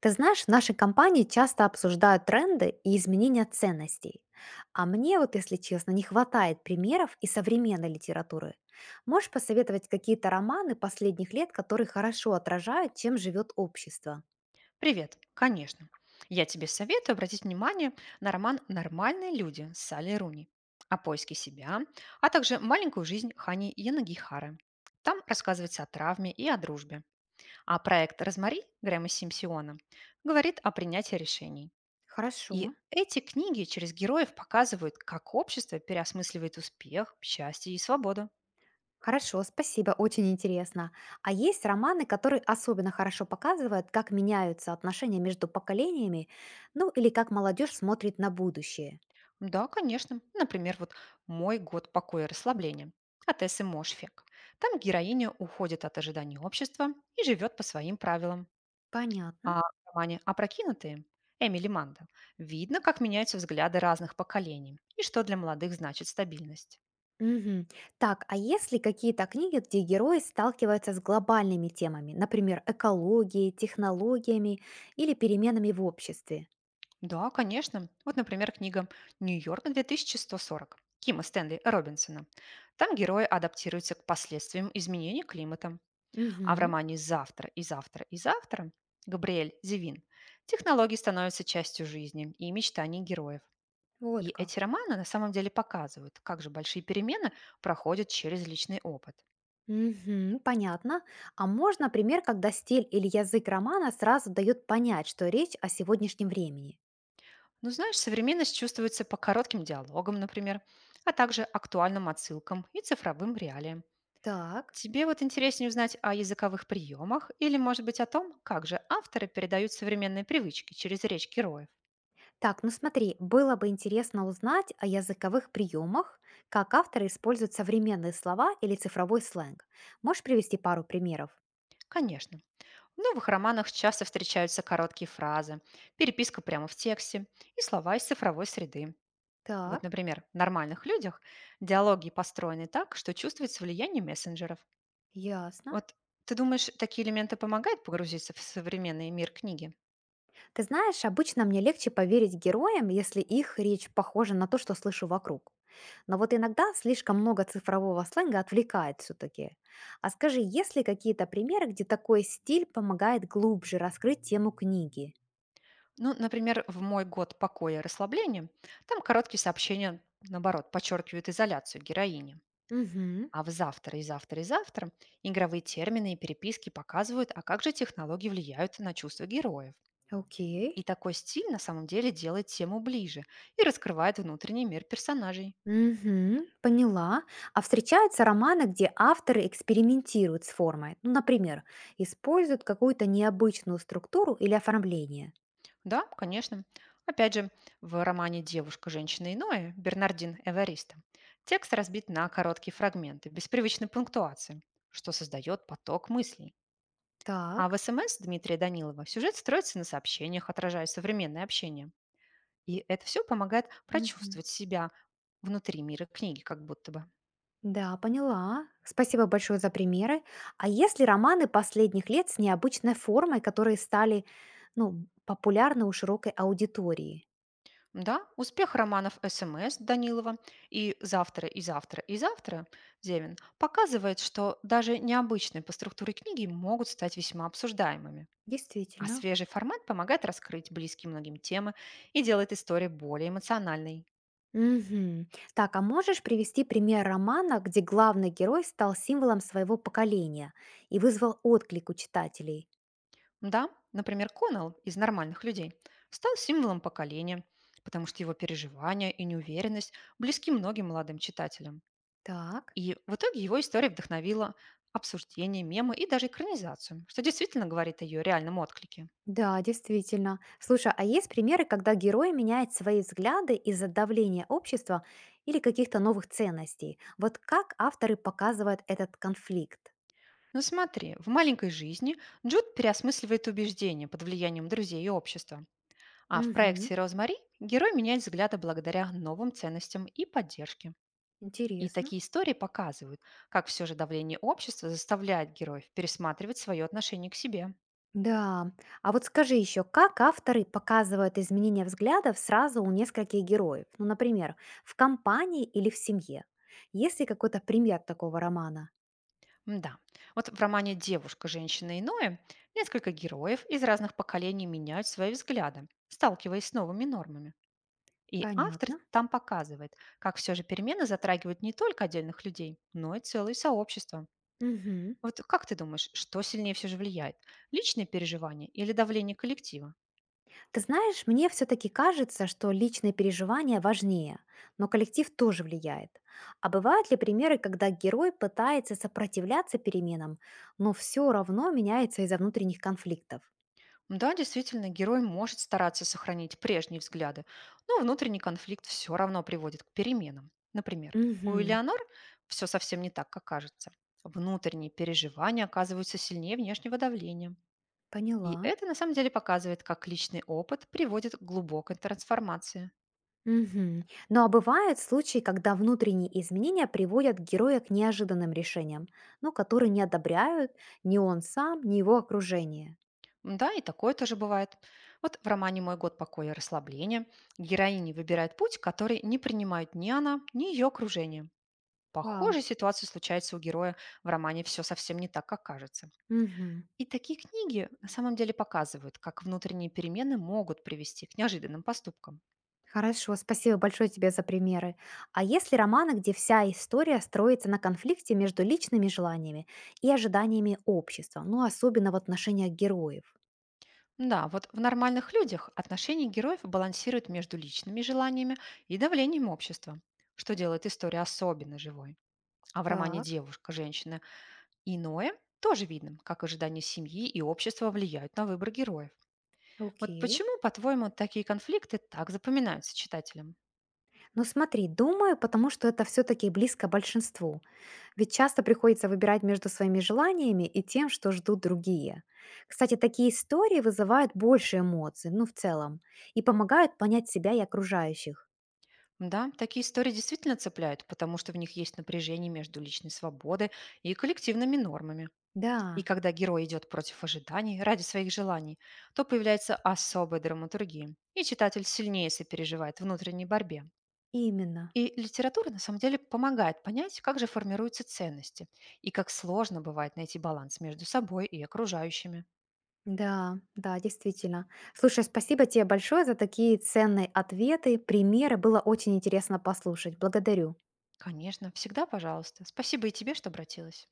Ты знаешь, в нашей компании часто обсуждают тренды и изменения ценностей. А мне вот, если честно, не хватает примеров и современной литературы. Можешь посоветовать какие-то романы последних лет, которые хорошо отражают, чем живет общество? Привет, конечно. Я тебе советую обратить внимание на роман «Нормальные люди» с Салли Руни о поиске себя, а также «Маленькую жизнь» Хани Янагихары. Там рассказывается о травме и о дружбе. А проект «Розмари» Грэма Симсиона говорит о принятии решений. Хорошо. И эти книги через героев показывают, как общество переосмысливает успех, счастье и свободу. Хорошо, спасибо, очень интересно. А есть романы, которые особенно хорошо показывают, как меняются отношения между поколениями, ну или как молодежь смотрит на будущее. Да, конечно. Например, вот «Мой год покоя и расслабления» от Эссы Мошфек. Там героиня уходит от ожиданий общества и живет по своим правилам. Понятно. А в романе «Опрокинутые» Эмили Манда видно, как меняются взгляды разных поколений и что для молодых значит стабильность. Мгм. Так, а есть ли какие-то книги, где герои сталкиваются с глобальными темами, например, экологией, технологиями или переменами в обществе? Да, конечно. Вот, например, книга «Нью-Йорк 2140» Кима Стэнли Робинсона. Там герои адаптируются к последствиям изменения климата. А в Мгм. романе «Завтра и завтра и завтра» Габриэль Зевин технологии становятся частью жизни и мечтаний героев. Вот И эти как. романы на самом деле показывают, как же большие перемены проходят через личный опыт. Мгм, понятно. А можно пример, когда стиль или язык романа сразу дает понять, что речь о сегодняшнем времени? Ну, знаешь, современность чувствуется по коротким диалогам, например, а также актуальным отсылкам и цифровым реалиям. Так. Тебе вот интереснее узнать о языковых приемах или, может быть, о том, как же авторы передают современные привычки через речь героев? Так, ну смотри, было бы интересно узнать о языковых приемах, как авторы используют современные слова или цифровой сленг. Можешь привести пару примеров? Конечно. В новых романах часто встречаются короткие фразы, переписка прямо в тексте и слова из цифровой среды. Вот, Так. например, в «Нормальных людях» диалоги построены так, что чувствуется влияние мессенджеров. Ясно. Вот ты думаешь, такие элементы помогают погрузиться в современный мир книги? Ты знаешь, обычно мне легче поверить героям, если их речь похожа на то, что слышу вокруг. Но вот иногда слишком много цифрового сленга отвлекает все-таки. А скажи, есть ли какие-то примеры, где такой стиль помогает глубже раскрыть тему книги? Ну, например, в «Мой год покоя и расслабления» там короткие сообщения, наоборот, подчеркивают изоляцию героини. Угу, А в «Завтра» и «Завтра» и «Завтра» игровые термины и переписки показывают, а как же технологии влияют на чувства героев. окей. И такой стиль на самом деле делает тему ближе и раскрывает внутренний мир персонажей. Угу, поняла. А встречаются романы, где авторы экспериментируют с формой. Ну, например, используют какую-то необычную структуру или оформление. Да, конечно. Опять же, в романе «Девушка, женщина иное» Бернардин Эвариста текст разбит на короткие фрагменты, без привычной пунктуации, что создает поток мыслей. А в Так. «СМС» Дмитрия Данилова сюжет строится на сообщениях, отражая современное общение. И это все помогает Мгм. прочувствовать себя внутри мира книги, как будто бы. Да, поняла. Спасибо большое за примеры. А если романы последних лет с необычной формой, которые стали, ну, популярны у широкой аудитории? Да, успех романов «СМС» Данилова и «Завтра, и завтра, и завтра» Зевин показывает, что даже необычные по структуре книги могут стать весьма обсуждаемыми. А Действительно. свежий формат помогает раскрыть близкие многим темы и делает историю более эмоциональной. Мгм. Так, а можешь привести пример романа, где главный герой стал символом своего поколения и вызвал отклик у читателей? Да, например, Коннелл из «Нормальных людей» стал символом поколения, потому что его переживания и неуверенность близки многим молодым читателям. Так. И в итоге его история вдохновила обсуждение, мемы и даже экранизацию, что действительно говорит о ее реальном отклике. Да, действительно. Слушай, а есть примеры, когда герой меняет свои взгляды из-за давления общества или каких-то новых ценностей? Вот как авторы показывают этот конфликт? Но смотри, в «Маленькой жизни» Джуд переосмысливает убеждения под влиянием друзей и общества, а в Угу, проекте «Розмари» герой меняет взгляды благодаря новым ценностям и поддержке. И интересно. такие истории показывают, как все же давление общества заставляет героев пересматривать свое отношение к себе. Да. А вот скажи еще, как авторы показывают изменения взглядов сразу у нескольких героев? Ну, например, в компании или в семье? Есть ли какой-то пример такого романа? Да. Вот в романе «Девушка, женщина иное» несколько героев из разных поколений меняют свои взгляды, сталкиваясь с новыми нормами. И автор Понятно. там показывает, как все же перемены затрагивают не только отдельных людей, но и целые сообщества. Угу. Вот как ты думаешь, что сильнее все же влияет? Личные переживания или давление коллектива? Ты знаешь, мне все-таки кажется, что личные переживания важнее, но коллектив тоже влияет. А бывают ли примеры, когда герой пытается сопротивляться переменам, но все равно меняется из-за внутренних конфликтов? Да, действительно, герой может стараться сохранить прежние взгляды, но внутренний конфликт все равно приводит к переменам. Например, у Угу, Элеонор все совсем не так, как кажется. Внутренние переживания оказываются сильнее внешнего давления. И поняла. это на самом деле показывает, как личный опыт приводит к глубокой трансформации. Угу. Ну а бывают случаи, когда внутренние изменения приводят героя к неожиданным решениям, ну, которые не одобряют ни он сам, ни его окружение. Да, и такое тоже бывает. Вот в романе «Мой год покоя и расслабления» героиня выбирает путь, который не принимают ни она, ни ее окружение. Вау. Похожая ситуация случается у героя в романе «Все совсем не так, как кажется». Угу. И такие книги на самом деле показывают, как внутренние перемены могут привести к неожиданным поступкам. Хорошо, спасибо большое тебе за примеры. А если романы, где вся история строится на конфликте между личными желаниями и ожиданиями общества, ну особенно в отношениях героев? Да, вот в нормальных людях отношения героев балансируют между личными желаниями и давлением общества, что делает историю особенно живой. А в романе Так, «Девушка, женщина иное» тоже видно, как ожидания семьи и общества влияют на выбор героев. Вот окей. почему, по-твоему, такие конфликты так запоминаются читателям? Ну смотри, думаю, потому что это все-таки близко большинству. Ведь часто приходится выбирать между своими желаниями и тем, что ждут другие. Кстати, такие истории вызывают больше эмоций, ну в целом, и помогают понять себя и окружающих. Да, такие истории действительно цепляют, потому что в них есть напряжение между личной свободой и коллективными нормами. И Да, когда герой идет против ожиданий ради своих желаний, то появляется особая драматургия, и читатель сильнее сопереживает внутренней борьбе. именно. И литература на самом деле помогает понять, как же формируются ценности и как сложно бывает найти баланс между собой и окружающими. Да, да, действительно. Слушай, спасибо тебе большое за такие ценные ответы, примеры. Было очень интересно послушать. Благодарю. Конечно, всегда пожалуйста. Спасибо и тебе, что обратилась.